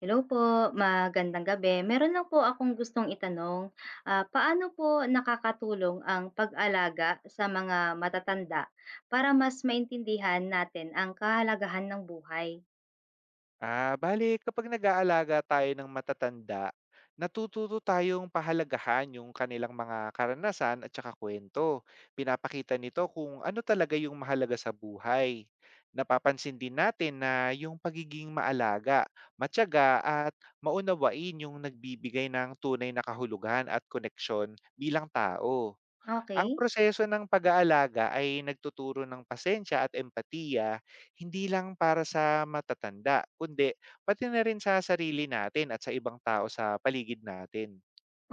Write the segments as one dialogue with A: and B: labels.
A: Hello po, magandang gabi. Meron lang po akong gustong itanong, paano po nakakatulong ang pag-alaga sa mga matatanda para mas maintindihan natin ang kahalagahan ng buhay?
B: Bale kapag nag-aalaga tayo ng matatanda, natututo tayong pahalagahan yung kanilang mga karanasan at saka kwento. Pinapakita nito kung ano talaga yung mahalaga sa buhay. Napapansin din natin na yung pagiging maalaga, matyaga at maunawain yung nagbibigay ng tunay na kahulugan at koneksyon bilang tao. Ang
A: Okay.
B: proseso ng pag-aalaga ay nagtuturo ng pasensya at empatiya, hindi lang para sa matatanda, kundi pati na rin sa sarili natin at sa ibang tao sa paligid natin.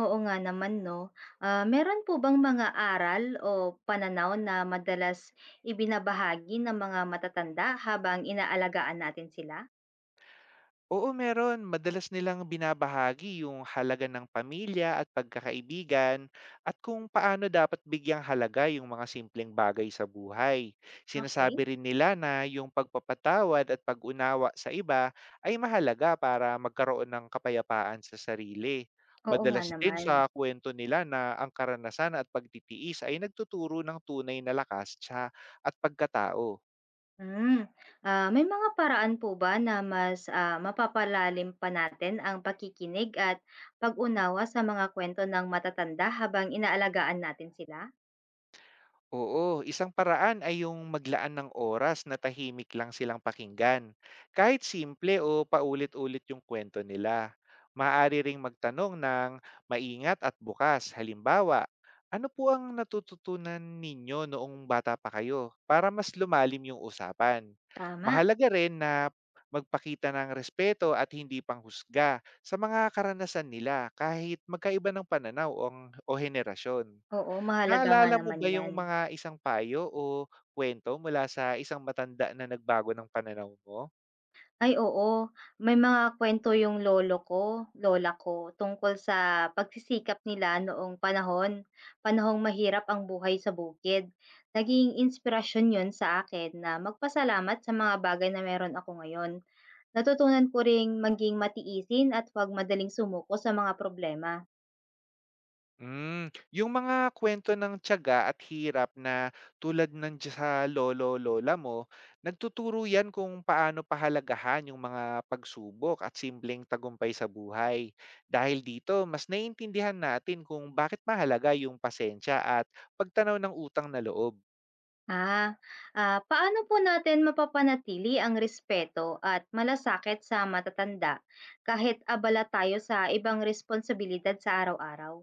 A: Oo nga naman 'no. Meron po bang mga aral o pananaw na madalas ibinabahagi ng mga matatanda habang inaalagaan natin sila?
B: Oo, meron. Madalas nilang binabahagi yung halaga ng pamilya at pagkakaibigan at kung paano dapat bigyang halaga yung mga simpleng bagay sa buhay.
A: Okay.
B: Sinasabi rin nila na yung pagpapatawad at pag-unawa sa iba ay mahalaga para magkaroon ng kapayapaan sa sarili.
A: Oo nga
B: Madalas din
A: naman.
B: sa kwento nila na ang karanasan at pagtitiis ay nagtuturo ng tunay na lakas at pagkatao.
A: Hmm, may mga paraan po ba na mas mapapalalim pa natin ang pakikinig at pag-unawa sa mga kwento ng matatanda habang inaalagaan natin sila?
B: Oo, isang paraan ay yung maglaan ng oras na tahimik lang silang pakinggan. Kahit simple o paulit-ulit yung kwento nila. Maaari ring magtanong ng maingat at bukas. Halimbawa, ano po ang natututunan ninyo noong bata pa kayo para mas lumalim yung usapan?
A: Tama.
B: Mahalaga rin na magpakita ng respeto at hindi panghusga sa mga karanasan nila kahit magkaiba ng pananaw o henerasyon.
A: Oo, mahalaga nga
B: Naalala mo
A: naman
B: ba yung
A: 'yan.
B: mga isang payo o kwento mula sa isang matanda na nagbago ng pananaw mo?
A: Ay oo, may mga kwento yung lolo ko, lola ko tungkol sa pagsisikap nila noong panahong mahirap ang buhay sa bukid. Naging inspirasyon 'yun sa akin na magpasalamat sa mga bagay na meron ako ngayon. Natutunan ko ring maging matiisin at huwag madaling sumuko sa mga problema.
B: Hmm, yung mga kwento ng tiyaga at hirap na tulad ng diya sa lolo-lola mo, nagtuturo yan kung paano pahalagahan yung mga pagsubok at simpleng tagumpay sa buhay. Dahil dito, mas naiintindihan natin kung bakit mahalaga yung pasensya at pagtanaw ng utang na loob.
A: Ah, paano po natin mapapanatili ang respeto at malasakit sa matatanda kahit abala tayo sa ibang responsibilidad sa araw-araw?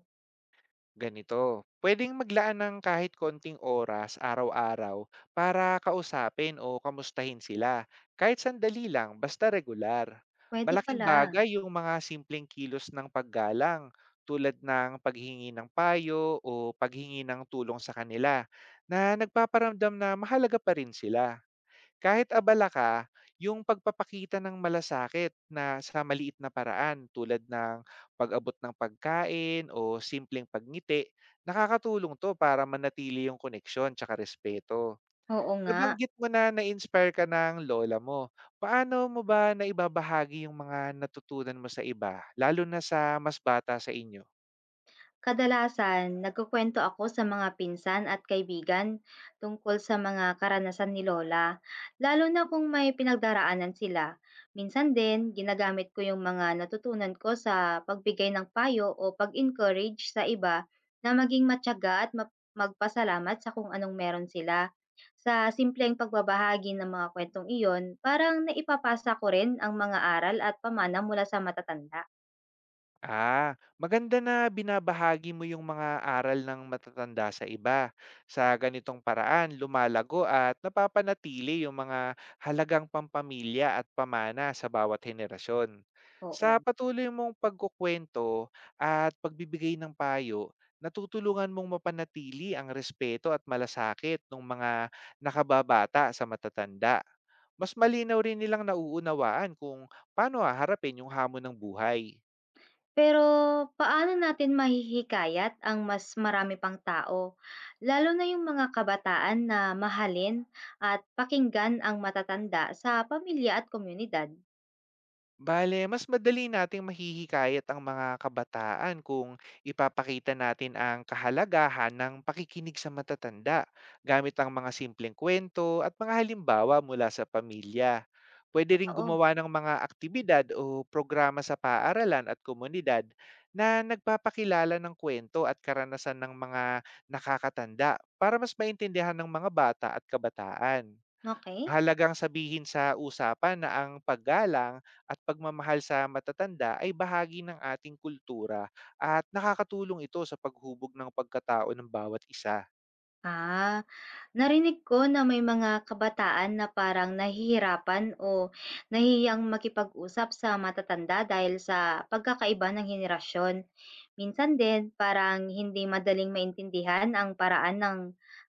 B: Ganito, pwedeng maglaan ng kahit konting oras araw-araw para kausapin o kamustahin sila, kahit sandali lang, basta regular.
A: Puwede
B: Malaking
A: pala.
B: bagay yung mga simpleng kilos ng paggalang, tulad ng paghingi ng payo o paghingi ng tulong sa kanila, na nagpaparamdam na mahalaga pa rin sila. Kahit abala ka, yung pagpapakita ng malasakit na sa maliit na paraan tulad ng pag-abot ng pagkain o simpleng pagngiti, nakakatulong to para manatili yung koneksyon tsaka respeto.
A: Oo nga.
B: Nabanggit mo na na-inspire ka ng lola mo. Paano mo ba naibabahagi yung mga natutunan mo sa iba, lalo na sa mas bata sa inyo?
A: Kadalasan, nagkukuwento ako sa mga pinsan at kaibigan tungkol sa mga karanasan ni Lola, lalo na kung may pinagdaraanan sila. Minsan din, ginagamit ko yung mga natutunan ko sa pagbigay ng payo o pag-encourage sa iba na maging matyaga at magpasalamat sa kung anong meron sila. Sa simpleng pagbabahagi ng mga kwentong iyon, parang naipapasa ko rin ang mga aral at pamana mula sa matatanda.
B: Maganda na binabahagi mo yung mga aral ng matatanda sa iba. Sa ganitong paraan, lumalago at napapanatili yung mga halagang pampamilya at pamana sa bawat henerasyon. Sa
A: Oo.
B: patuloy mong pagkukwento at pagbibigay ng payo, natutulungan mong mapanatili ang respeto at malasakit ng mga nakababata sa matatanda. Mas malinaw rin nilang nauunawaan kung paano haharapin yung hamon ng buhay.
A: Pero paano natin mahihikayat ang mas marami pang tao, lalo na yung mga kabataan na mahalin at pakinggan ang matatanda sa pamilya at komunidad?
B: Bale, mas madali nating mahihikayat ang mga kabataan kung ipapakita natin ang kahalagahan ng pakikinig sa matatanda gamit ang mga simpleng kwento at mga halimbawa mula sa pamilya. Pwede ring
A: Totoo.
B: gumawa ng mga aktibidad o programa sa paaralan at komunidad na nagpapakilala ng kwento at karanasan ng mga nakakatanda para mas maintindihan ng mga bata at kabataan.
A: Okey.
B: Mahalagang sabihin sa usapan na ang paggalang at pagmamahal sa matatanda ay bahagi ng ating kultura at nakakatulong ito sa paghubog ng pagkatao ng bawat isa.
A: Ah. Narinig ko na may mga kabataan na parang nahihirapan o nahihiyang makipag-usap sa matatanda dahil sa pagkakaiba ng henerasyon. Minsan din, parang hindi madaling maintindihan ang paraan ng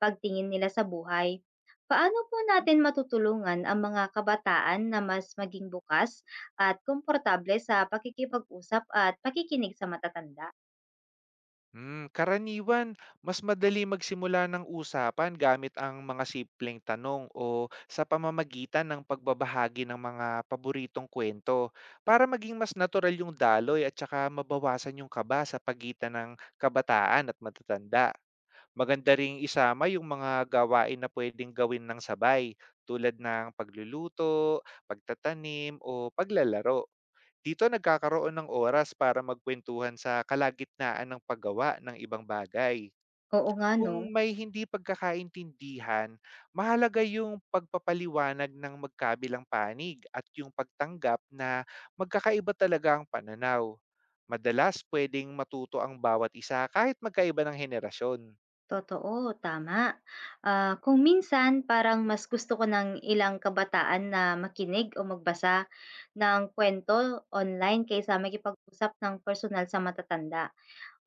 A: pagtingin nila sa buhay. Paano po natin matutulungan ang mga kabataan na mas maging bukas at komportable sa pakikipag-usap at pakikinig sa matatanda?
B: Hmm, karaniwan, mas madali magsimula ng usapan gamit ang mga simpleng tanong o sa pamamagitan ng pagbabahagi ng mga paboritong kwento para maging mas natural yung daloy at saka mabawasan yung kaba sa pagitan ng kabataan at matatanda. Maganda ring isama yung mga gawain na puwedeng gawin ng sabay, tulad ng pagluluto, pagtatanim, o paglalaro. Dito nagkakaroon ng oras para magkwentuhan sa kalagitnaan ng paggawa ng ibang bagay.
A: Oo nga no.
B: Kung may hindi pagkakaintindihan, mahalaga yung pagpapaliwanag ng magkabilang panig at yung pagtanggap na magkakaiba talaga ang pananaw. Madalas puwedeng matuto ang bawat isa kahit magkaiba ng henerasyon.
A: Totoo, tama. Kung minsan parang mas gusto ko ng ilang kabataan na makinig o magbasa ng kwento online kaysa makipag-usap ng personal sa matatanda.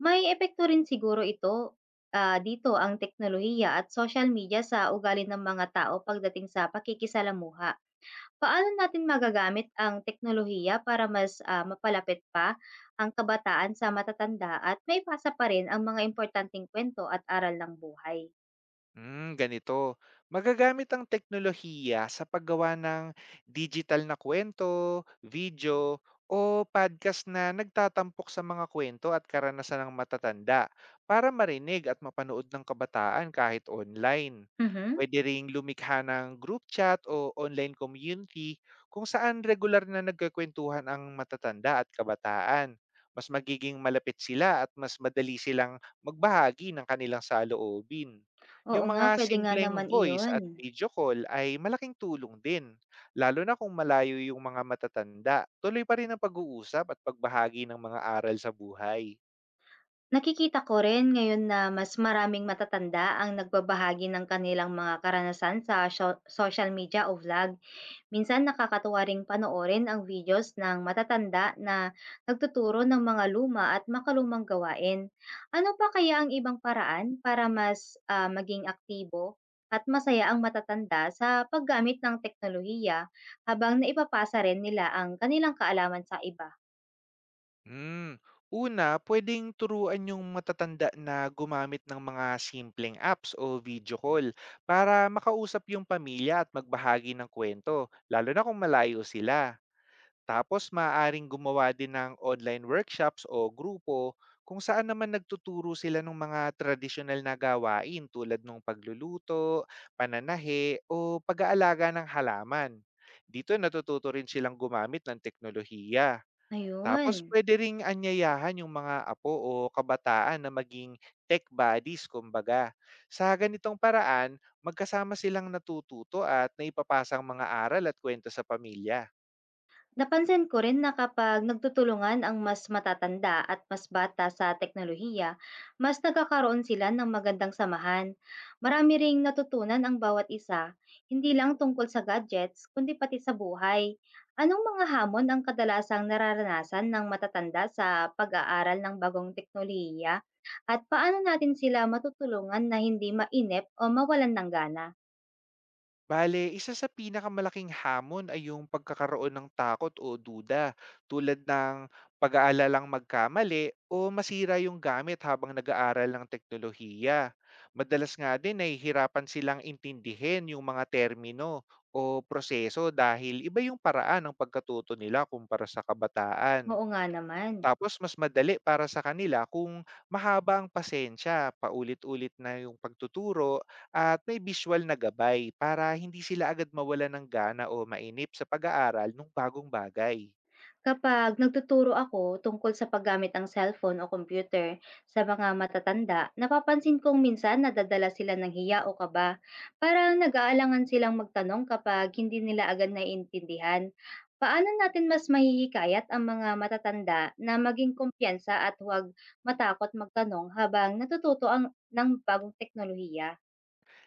A: May epekto rin siguro ito, dito ang teknolohiya at social media sa ugali ng mga tao pagdating sa pakikisalamuha. Paano natin magagamit ang teknolohiya para mas mapalapit pa ang kabataan sa matatanda at maipasa pa rin ang mga importanteng kwento at aral ng buhay?
B: Hmm, ganito. Magagamit ang teknolohiya sa paggawa ng digital na kwento, video, o podcast na nagtatampok sa mga kwento at karanasan ng matatanda para marinig at mapanood ng kabataan kahit online.
A: Mhm.
B: Pwede ring lumikha ng group chat o online community kung saan regular na nagkakwentuhan ang matatanda at kabataan. Mas magiging malapit sila at mas madali silang magbahagi ng kanilang saloobin.
A: Oo
B: Yung
A: nga,
B: mga
A: puwede nga
B: simpleng
A: naman
B: voice
A: iyon.
B: at video call ay malaking tulong din, lalo na kung malayo yung mga matatanda. Tuloy pa rin ang pag-uusap at pagbahagi ng mga aral sa buhay.
A: Nakikita ko rin ngayon na mas maraming matatanda ang nagbabahagi ng kanilang mga karanasan sa sio social media o vlog. Minsan nakakatuwa ring panoorin ang videos ng matatanda na nagtuturo ng mga luma at makalumang gawain. Ano pa kaya ang ibang paraan para mas maging aktibo at masaya ang matatanda sa paggamit ng teknolohiya habang naipapasa rin nila ang kanilang kaalaman sa iba?
B: Hmm. Una, pwedeng turuan yung matatanda na gumamit ng mga simpleng apps o video call para makausap yung pamilya at magbahagi ng kwento, lalo na kung malayo sila. Tapos maaaring gumawa din ng online workshops o grupo kung saan naman nagtuturo sila ng mga tradisyonal na gawain tulad ng pagluluto, pananahe o pag-aalaga ng halaman. Dito natututo rin silang gumamit ng teknolohiya. Tapos
A: Ayun.
B: pwede ring anyayahan yung mga apo o kabataan na maging tech buddies kumbaga. Sa ganitong paraan, magkasama silang natututo at naipapasang mga aral at kwento sa pamilya.
A: Napansin ko rin na kapag nagtutulungan ang mas matatanda at mas bata sa teknolohiya, mas nagkakaroon sila ng magandang samahan. Marami ring natutunan ang bawat isa, hindi lang tungkol sa gadgets, kundi pati sa buhay. Anong mga hamon ang kadalasang nararanasan ng matatanda sa pag-aaral ng bagong teknolohiya? At paano natin sila matutulungan na hindi mainip o mawalan ng gana?
B: Bale, isa sa pinakamalaking hamon ay yung pagkakaroon ng takot o duda, tulad ng pag-aalalang magkamali o masira yung gamit habang nag-aaral ng teknolohiya. Madalas nga din ay hirapan silang intindihin yung mga termino o proseso dahil iba yung paraan ng pagkatuto nila kumpara sa kabataan.
A: Oo nga naman.
B: Tapos mas madali para sa kanila kung mahaba ang pasensya, paulit-ulit na yung pagtuturo at may visual na gabay para hindi sila agad mawala ng gana o mainip sa pag-aaral ng bagong bagay.
A: Kapag nagtuturo ako tungkol sa paggamit ng cellphone o computer sa mga matatanda, napapansin kong minsan nadadala sila ng hiya o kaba. Parang nag-aalangan silang magtanong kapag hindi nila agad naiintindihan. Paano natin mas mahihikayat ang mga matatanda na maging kumpiyansa at huwag matakot magtanong habang natututo ng bagong teknolohiya?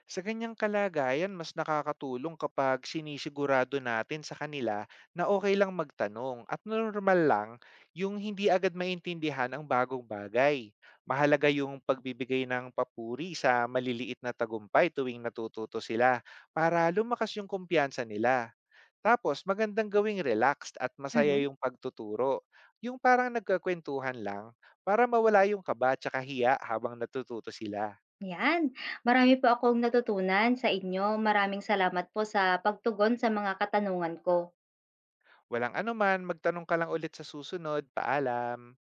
B: Sa ganyang kalagayan, mas nakakatulong kapag sinisigurado natin sa kanila na okay lang magtanong at normal lang yung hindi agad maintindihan ang bagong bagay. Mahalaga yung pagbibigay ng papuri sa maliliit na tagumpay tuwing natututo sila para lumakas yung kumpiyansa nila. Tapos magandang gawing relaxed at masaya
A: Mhm.
B: yung pagtuturo. Yung parang nagkakwentuhan lang para mawala yung kaba at hiya habang natututo sila.
A: Yan. Marami po akong natutunan sa inyo. Maraming salamat po sa pagtugon sa mga katanungan ko.
B: Walang anuman, magtanong ka lang ulit sa susunod. Paalam.